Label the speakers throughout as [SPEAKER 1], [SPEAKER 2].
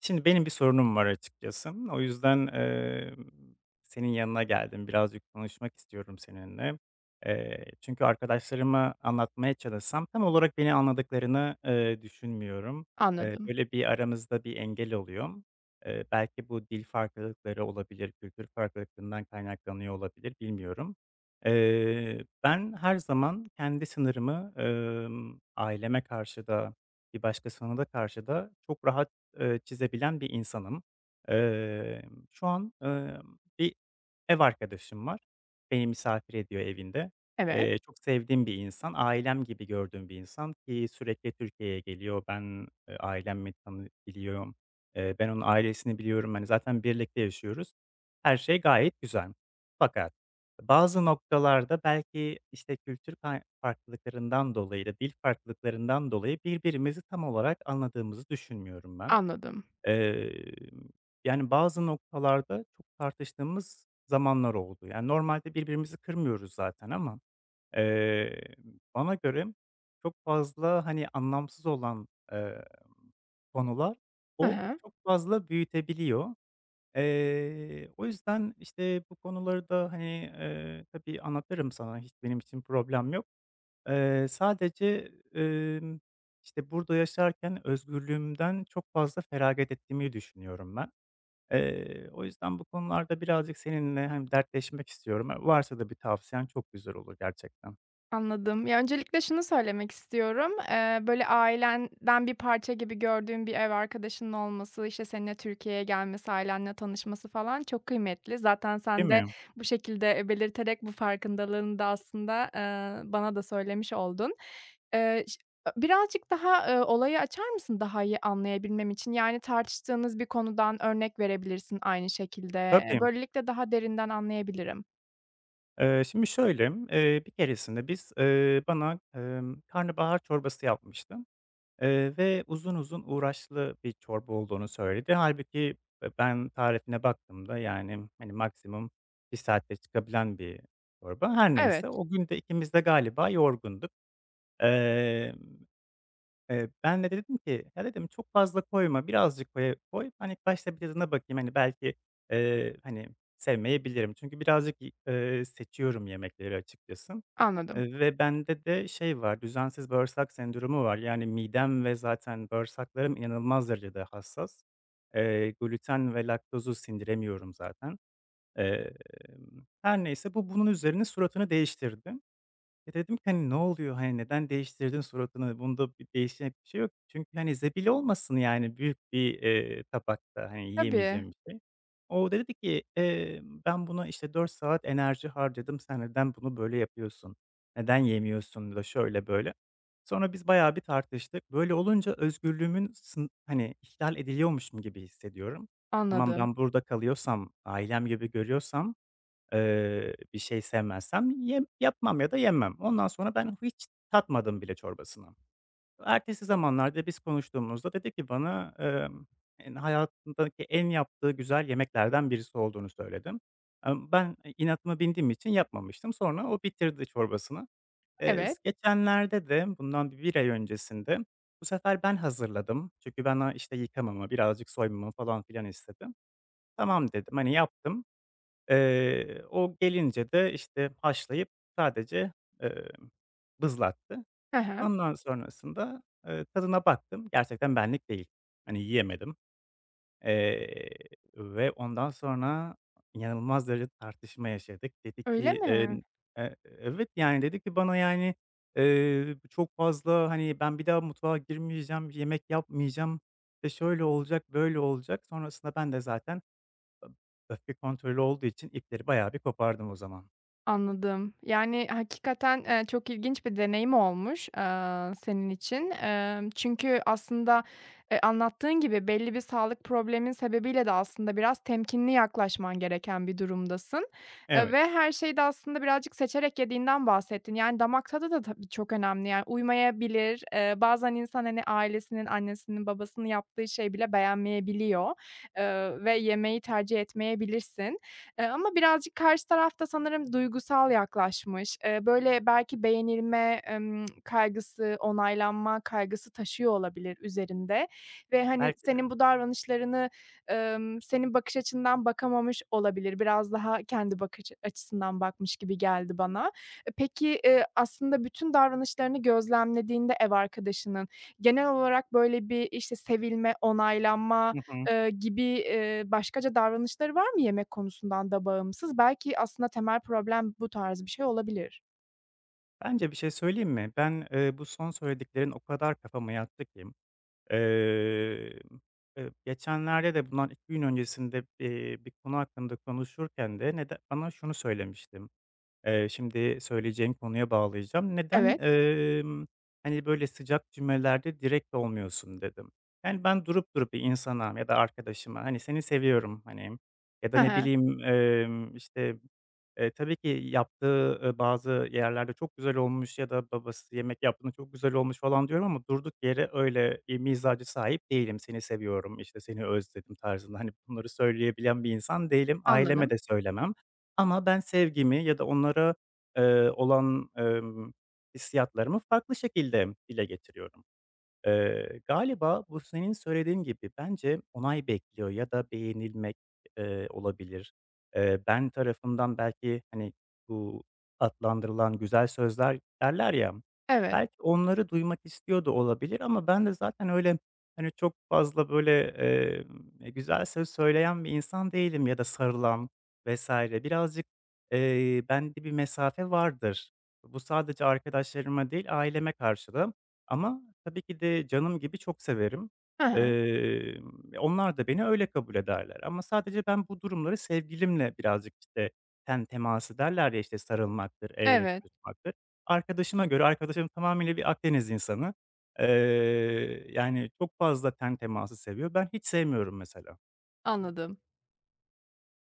[SPEAKER 1] Şimdi benim bir sorunum var açıkçası. O yüzden, senin yanına geldim. Birazcık konuşmak istiyorum seninle. Çünkü arkadaşlarıma anlatmaya çalışsam tam olarak beni anladıklarını, düşünmüyorum.
[SPEAKER 2] Anladım.
[SPEAKER 1] Böyle bir aramızda bir engel oluyor. Belki bu dil farklılıkları olabilir, kültür farklılıklarından kaynaklanıyor olabilir, bilmiyorum. Ben her zaman kendi sınırımı, aileme karşı da bir başkasına da çok rahat çizebilen bir insanım. Şu an, bir ev arkadaşım var. Beni misafir ediyor evinde.
[SPEAKER 2] Evet,
[SPEAKER 1] Çok sevdiğim bir insan, ailem gibi gördüğüm bir insan ki sürekli Türkiye'ye geliyor. Ben, ailemi tanı biliyorum. Ben onun ailesini biliyorum. Hani, zaten birlikte yaşıyoruz. Her şey gayet güzel. Fakat bazı noktalarda belki, işte, kültür kay farklılıklarından dolayı da dil farklılıklarından dolayı birbirimizi tam olarak anladığımızı düşünmüyorum ben.
[SPEAKER 2] anladım.
[SPEAKER 1] Emm, Yani, bazı noktalarda çok tartıştığımız zamanlar oldu. Yani, normalde birbirimizi kırmıyoruz zaten ama, eee, bana göre çok fazla, hani, anlamsız olan, konular
[SPEAKER 2] Hı
[SPEAKER 1] o
[SPEAKER 2] hı,
[SPEAKER 1] çok fazla büyütebiliyor. O yüzden, işte, bu konuları da, hani, tabii anlatırım sana, hiç benim için problem yok. Sadece, işte, burada yaşarken özgürlüğümden çok fazla feragat ettiğimi düşünüyorum ben. O yüzden bu konularda birazcık seninle hem dertleşmek istiyorum. Varsa da bir tavsiyen çok güzel olur gerçekten.
[SPEAKER 2] anladım. Ya, öncelikle şunu söylemek istiyorum. Böyle, ailenden bir parça gibi gördüğün bir ev arkadaşının olması, işte, seninle Türkiye'ye gelmesi, ailenle tanışması falan çok kıymetli. Zaten sen
[SPEAKER 1] Değil
[SPEAKER 2] de
[SPEAKER 1] mi?
[SPEAKER 2] bu şekilde, belirterek bu farkındalığını da aslında, bana da söylemiş oldun. Ş Birazcık daha, olayı açar mısın daha iyi anlayabilmem için? Yani, tartıştığınız bir konudan örnek verebilirsin aynı şekilde.
[SPEAKER 1] Tabii.
[SPEAKER 2] Böylelikle daha derinden anlayabilirim.
[SPEAKER 1] Şimdi şöyle, bir keresinde biz, bana, karnabahar çorbası yapmıştı, ve uzun uzun uğraşlı bir çorba olduğunu söyledi. Halbuki ben tarifine baktığımda, yani, hani, maksimum bir saatte çıkabilen bir çorba. Her neyse,
[SPEAKER 2] Evet,
[SPEAKER 1] o gün de ikimiz de galiba yorgunduk. Emm Ben de dedim ki, "Ya," dedim, "çok fazla koyma, birazcık koy koy. Ben ilk başta bir tadına bakayım, hani, belki, hani, sevmeyebilirim." Çünkü birazcık seçiyorum yemekleri açıkçası.
[SPEAKER 2] anladım.
[SPEAKER 1] Ve bende de şey var, düzensiz bağırsak sendromu var. Yani midem ve zaten bağırsaklarım inanılmaz derecede hassas. Gluten ve laktozu sindiremiyorum zaten. Emm, Her neyse bunun üzerine suratını değiştirdi. Ya, dedim ki, hani, "Ne oluyor? Hani, neden değiştirdin suratını? Bunda bir değişen bir şey yok." Çünkü, hani, zebil olmasın yani büyük bir, tabakta, hani,
[SPEAKER 2] Tabii,
[SPEAKER 1] yiyemeyeceğim bir şey. O da dedi ki, "Ben buna, işte, 4 saat enerji harcadım. Sen neden bunu böyle yapıyorsun? Neden yemiyorsun da şöyle böyle?" Sonra biz bayağı bir tartıştık. Böyle olunca özgürlüğümün sın hani, ihlal ediliyormuşum gibi hissediyorum. Tamam,
[SPEAKER 2] anladım.
[SPEAKER 1] ben burada kalıyorsam, ailem gibi görüyorsam bir şey sevmezsem yem yapmam ya da yemem. Ondan sonra ben hiç tatmadım bile çorbasını. Ertesi zamanlarda biz konuştuğumuzda dedi ki bana, hani, hayatındaki en yaptığı güzel yemeklerden birisi olduğunu söyledim. Ben inatıma bindiğim için yapmamıştım. Sonra o bitirdi çorbasını. S
[SPEAKER 2] Evet.
[SPEAKER 1] geçenlerde de bundan bir ay öncesinde bu sefer ben hazırladım. Çünkü ben, işte, yıkamamı, birazcık soymamı falan filan istedi. "Tamam." dedim, hani, yaptım. O gelince de, işte, haşlayıp sadece, emm, bızlattı.
[SPEAKER 2] Hı hı.
[SPEAKER 1] Ondan sonrasında, tadına baktım. Gerçekten benlik değil. Hani, yiyemedim, eee, ve ondan sonra inanılmaz derecede tartışma yaşadık. Dedi ki,
[SPEAKER 2] Öyle mi?
[SPEAKER 1] e evet, yani, dedi ki bana, yani, çok fazla, hani, ben bir daha mutfağa girmeyeceğim, yemek yapmayacağım, işte, şöyle olacak, böyle olacak. Sonrasında ben de zaten öfke kontrolü olduğu için ipleri bayağı bir kopardım o zaman.
[SPEAKER 2] Anladım. Yani, hakikaten, çok ilginç bir deneyim olmuş, senin için. Çünkü aslında, anlattığın gibi belli bir sağlık problemin sebebiyle de aslında biraz temkinli yaklaşman gereken bir durumdasın, ve
[SPEAKER 1] Evet,
[SPEAKER 2] her şeyi de aslında birazcık seçerek yediğinden bahsettin. Yani, damak tadı da tabii çok önemli. Yani, uymayabilir. Bazen insan, hani, ailesinin, annesinin, babasının yaptığı şey bile beğenmeyebiliyor, ve yemeği tercih etmeyebilirsin. Ama birazcık karşı taraf da sanırım duygusal yaklaşmış. Böyle, belki beğenilme, kaygısı, onaylanma kaygısı taşıyor olabilir üzerinde ve, hani,
[SPEAKER 1] belki de.
[SPEAKER 2] senin bu davranışlarını, senin bakış açından bakamamış olabilir. Biraz daha kendi bakış açısından bakmış gibi geldi bana. E, peki, aslında bütün davranışlarını gözlemlediğinde ev arkadaşının genel olarak böyle bir, işte, sevilme, onaylanma,
[SPEAKER 1] Hı hı.
[SPEAKER 2] gibi, başkaca davranışları var mı yemek konusundan da bağımsız? Belki aslında temel problem bu tarz bir şey olabilir.
[SPEAKER 1] Bence bir şey söyleyeyim mi? Ben, bu son söylediklerin o kadar kafama yattı ki, geçenlerde de bundan 2 gün öncesinde, bir konu hakkında konuşurken de nede bana şunu söylemiştim. Şimdi söyleyeceğim konuya bağlayacağım. "Neden,
[SPEAKER 2] Evet.
[SPEAKER 1] hani, böyle sıcak cümlelerde direkt olmuyorsun?" dedim. Yani, ben durup durup bir insana ya da arkadaşıma, hani, "Seni seviyorum." hani, ya da
[SPEAKER 2] Hı
[SPEAKER 1] ne
[SPEAKER 2] hı.
[SPEAKER 1] bileyim, işte, tabii ki yaptığı, bazı yerlerde çok güzel olmuş ya da babası yemek yaptığında çok güzel olmuş falan diyorum ama durduk yere öyle, mizaca sahip değilim. "Seni seviyorum." işte, "Seni özledim." tarzında, hani, bunları söyleyebilen bir insan değilim. Aileme
[SPEAKER 2] Anladım.
[SPEAKER 1] de söylemem. Ama ben sevgimi ya da onlara, olan, hissiyatlarımı farklı şekilde dile getiriyorum. Galiba bu senin söylediğin gibi bence onay bekliyor ya da beğenilmek, olabilir. Ben tarafından belki, hani, bu adlandırılan güzel sözler derler ya,
[SPEAKER 2] Evet.
[SPEAKER 1] belki onları duymak istiyor da olabilir ama ben de zaten öyle, hani, çok fazla böyle, güzel söz söyleyen bir insan değilim ya da sarılan vesaire. Birazcık, bende bir mesafe vardır. Bu sadece arkadaşlarıma değil, aileme karşı da, ama tabii ki de canım gibi çok severim.
[SPEAKER 2] Hı hı.
[SPEAKER 1] Emm, Onlar da beni öyle kabul ederler ama sadece ben bu durumları sevgilimle birazcık, işte, ten teması derler ya, işte, sarılmaktır, el ele
[SPEAKER 2] Evet,
[SPEAKER 1] tutuşmaktır. Arkadaşıma göre arkadaşım tamamıyla bir Akdeniz insanı. Eee, Yani, çok fazla ten teması seviyor. Ben hiç sevmiyorum mesela.
[SPEAKER 2] anladım.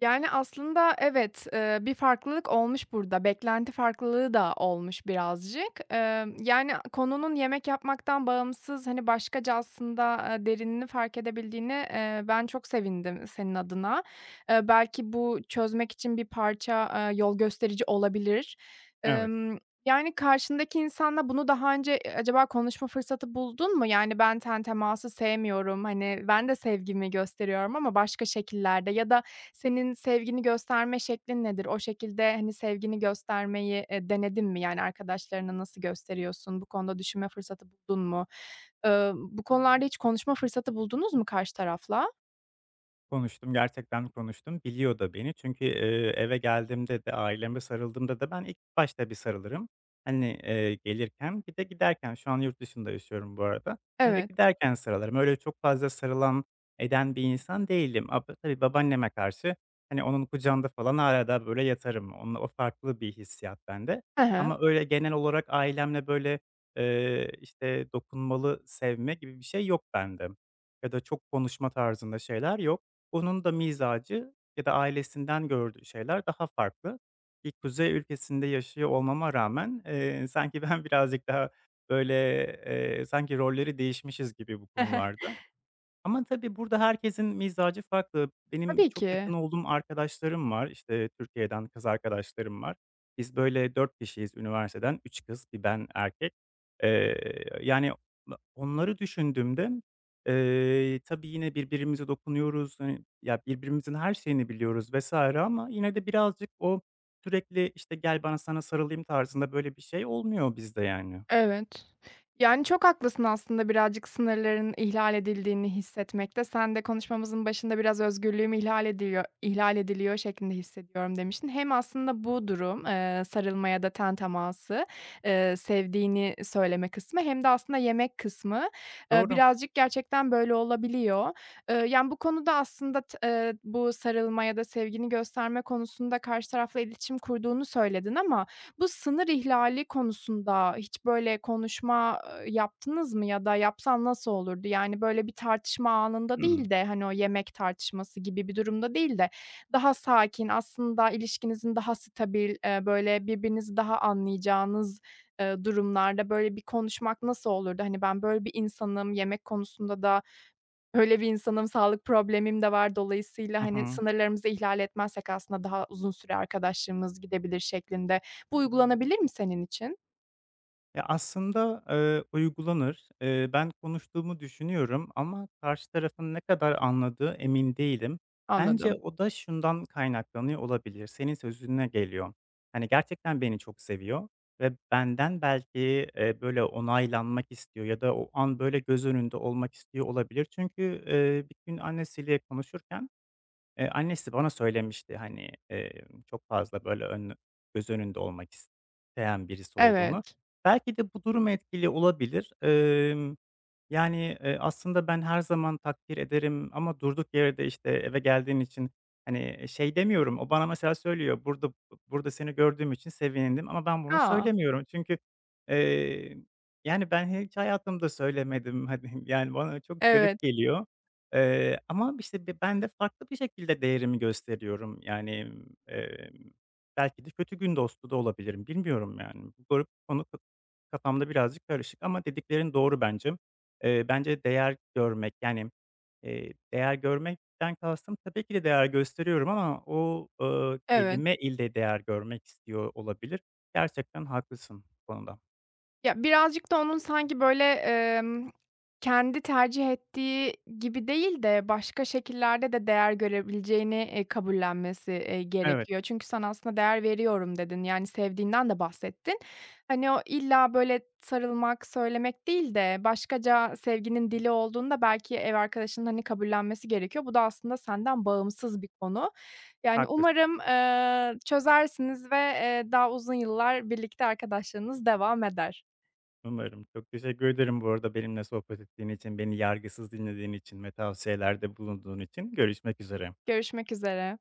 [SPEAKER 2] Yani, aslında evet, bir farklılık olmuş burada. Beklenti farklılığı da olmuş birazcık. Yani, konunun yemek yapmaktan bağımsız, hani, başkaca aslında, derinini fark edebildiğini ben çok sevindim senin adına. Belki bu çözmek için bir parça, yol gösterici olabilir.
[SPEAKER 1] Evet.
[SPEAKER 2] Emm, Yani, karşındaki insanla bunu daha önce, acaba konuşma fırsatı buldun mu? Yani, ben ten teması sevmiyorum, hani, ben de sevgimi gösteriyorum ama başka şekillerde ya da senin sevgini gösterme şeklin nedir? O şekilde, hani, sevgini göstermeyi, denedin mi? Yani, arkadaşlarına nasıl gösteriyorsun? Bu konuda düşünme fırsatı buldun mu? Bu konularda hiç konuşma fırsatı buldunuz mu karşı tarafla?
[SPEAKER 1] Konuştum, gerçekten konuştum. Biliyor da beni çünkü, eve geldiğimde de aileme sarıldığımda da ben ilk başta bir sarılırım. Hani, gelirken bir de giderken şu an yurt dışında yaşıyorum bu arada. Hani,
[SPEAKER 2] Evet.
[SPEAKER 1] giderken sarılırım. Öyle çok fazla sarılan eden bir insan değilim. A, tabii babaanneme karşı, hani, onun kucağında falan hâlâ daha böyle yatarım. Onunla o farklı bir hissiyat bende,
[SPEAKER 2] Hı hı.
[SPEAKER 1] ama öyle genel olarak ailemle böyle, işte, dokunmalı sevme gibi bir şey yok bende ya da çok konuşma tarzında şeyler yok. Onun da mizacı ya da ailesinden gördüğü şeyler daha farklı. Bir kuzey ülkesinde yaşıyor olmama rağmen, sanki ben birazcık daha, böyle, sanki rolleri değişmişiz gibi bu
[SPEAKER 2] Hı hı.
[SPEAKER 1] konularda. Ama tabii burada herkesin mizacı farklı. Benim
[SPEAKER 2] Tabii
[SPEAKER 1] çok
[SPEAKER 2] ki.
[SPEAKER 1] yakın olduğum arkadaşlarım var. İşte, Türkiye'den kız arkadaşlarım var. Biz böyle 4 kişiyiz üniversiteden. Üç kız, bir ben erkek. Yani, onları düşündüğümde, tabii yine birbirimize dokunuyoruz. Hani, ya, birbirimizin her şeyini biliyoruz vesaire. Ama yine de birazcık o sürekli, işte, "Gel bana sana sarılayım." tarzında böyle bir şey olmuyor bizde yani.
[SPEAKER 2] Evet. Yani, çok haklısın aslında birazcık sınırların ihlal edildiğini hissetmekte. Sen de konuşmamızın başında biraz özgürlüğüm ihlal ediliyor şeklinde hissediyorum demiştin. Hem aslında bu durum, sarılma ya da ten teması, sevdiğini söyleme kısmı hem de aslında yemek kısmı,
[SPEAKER 1] Doğru.
[SPEAKER 2] birazcık gerçekten böyle olabiliyor. Yani, bu konuda aslında t bu sarılma ya da sevgini gösterme konusunda karşı tarafla iletişim kurduğunu söyledin ama bu sınır ihlali konusunda hiç böyle konuşma, yaptınız mı ya da yapsan nasıl olurdu? Yani, böyle, bir tartışma anında
[SPEAKER 1] Hımm.
[SPEAKER 2] değil de, hani, o yemek tartışması gibi bir durumda değil de daha sakin, aslında ilişkinizin daha stabil, böyle, birbirinizi daha anlayacağınız, durumlarda, böyle, bir konuşmak nasıl olurdu? Hani, ben böyle bir insanım, yemek konusunda da öyle bir insanım, sağlık problemim de var. Dolayısıyla,
[SPEAKER 1] Hı
[SPEAKER 2] hani,
[SPEAKER 1] hı.
[SPEAKER 2] sınırlarımızı ihlal etmezsek aslında daha uzun süre arkadaşlığımız gidebilir şeklinde. Bu uygulanabilir mi senin için?
[SPEAKER 1] Ya, aslında, uygulanır. Ben konuştuğumu düşünüyorum ama karşı tarafın ne kadar anladığı emin değilim. Bence
[SPEAKER 2] Anladım.
[SPEAKER 1] o da şundan kaynaklanıyor olabilir, senin sözüne geliyor. Hani, gerçekten beni çok seviyor ve benden belki, böyle, onaylanmak istiyor ya da o an, böyle, göz önünde olmak istiyor olabilir. Çünkü, bir gün annesiyle konuşurken annesi bana söylemişti, hani, çok fazla böyle ön göz önünde olmak isteyen birisi olduğunu.
[SPEAKER 2] Evet.
[SPEAKER 1] Belki de bu durum etkili olabilir. Yani, aslında ben her zaman takdir ederim ama durduk yere de, işte, eve geldiğin için, hani, şey demiyorum, o bana mesela söylüyor, "Burada seni gördüğüm için sevindim." ama ben bunu
[SPEAKER 2] A!
[SPEAKER 1] söylemiyorum. Çünkü, eee, yani, ben hiç hayatımda söylemedim, hani, yani, bana çok garip
[SPEAKER 2] Evet,
[SPEAKER 1] geliyor. Ama, işte, ben de farklı bir şekilde değerimi gösteriyorum. Yani, emm, belki de kötü gün dostu da olabilirim. Bilmiyorum, yani. Bu garip konu k kafamda birazcık karışık ama dediklerin doğru bence. Bence değer görmek, yani, değer görmekten kastım tabii ki de değer gösteriyorum ama o,
[SPEAKER 2] evet.
[SPEAKER 1] kelime ile değer görmek istiyor olabilir. Gerçekten haklısın bu konuda.
[SPEAKER 2] Ya, birazcık da onun sanki, böyle, kendi tercih ettiği gibi değil de başka şekillerde de değer görebileceğini, kabullenmesi,
[SPEAKER 1] Evet,
[SPEAKER 2] gerekiyor. Çünkü sen aslında "değer veriyorum" dedin, yani, sevdiğinden de bahsettin. Hani, o illa, böyle, sarılmak, söylemek değil de başkaca sevginin dili olduğunda belki ev arkadaşının, hani, kabullenmesi gerekiyor. Bu da aslında senden bağımsız bir konu. Yani,
[SPEAKER 1] haklısın.
[SPEAKER 2] umarım, çözersiniz ve, daha uzun yıllar birlikte arkadaşlığınız devam eder.
[SPEAKER 1] Umarım. Çok teşekkür ederim bu arada benimle sohbet ettiğin için, beni yargısız dinlediğin için ve tavsiyelerde bulunduğun için. Görüşmek üzere.
[SPEAKER 2] Görüşmek üzere.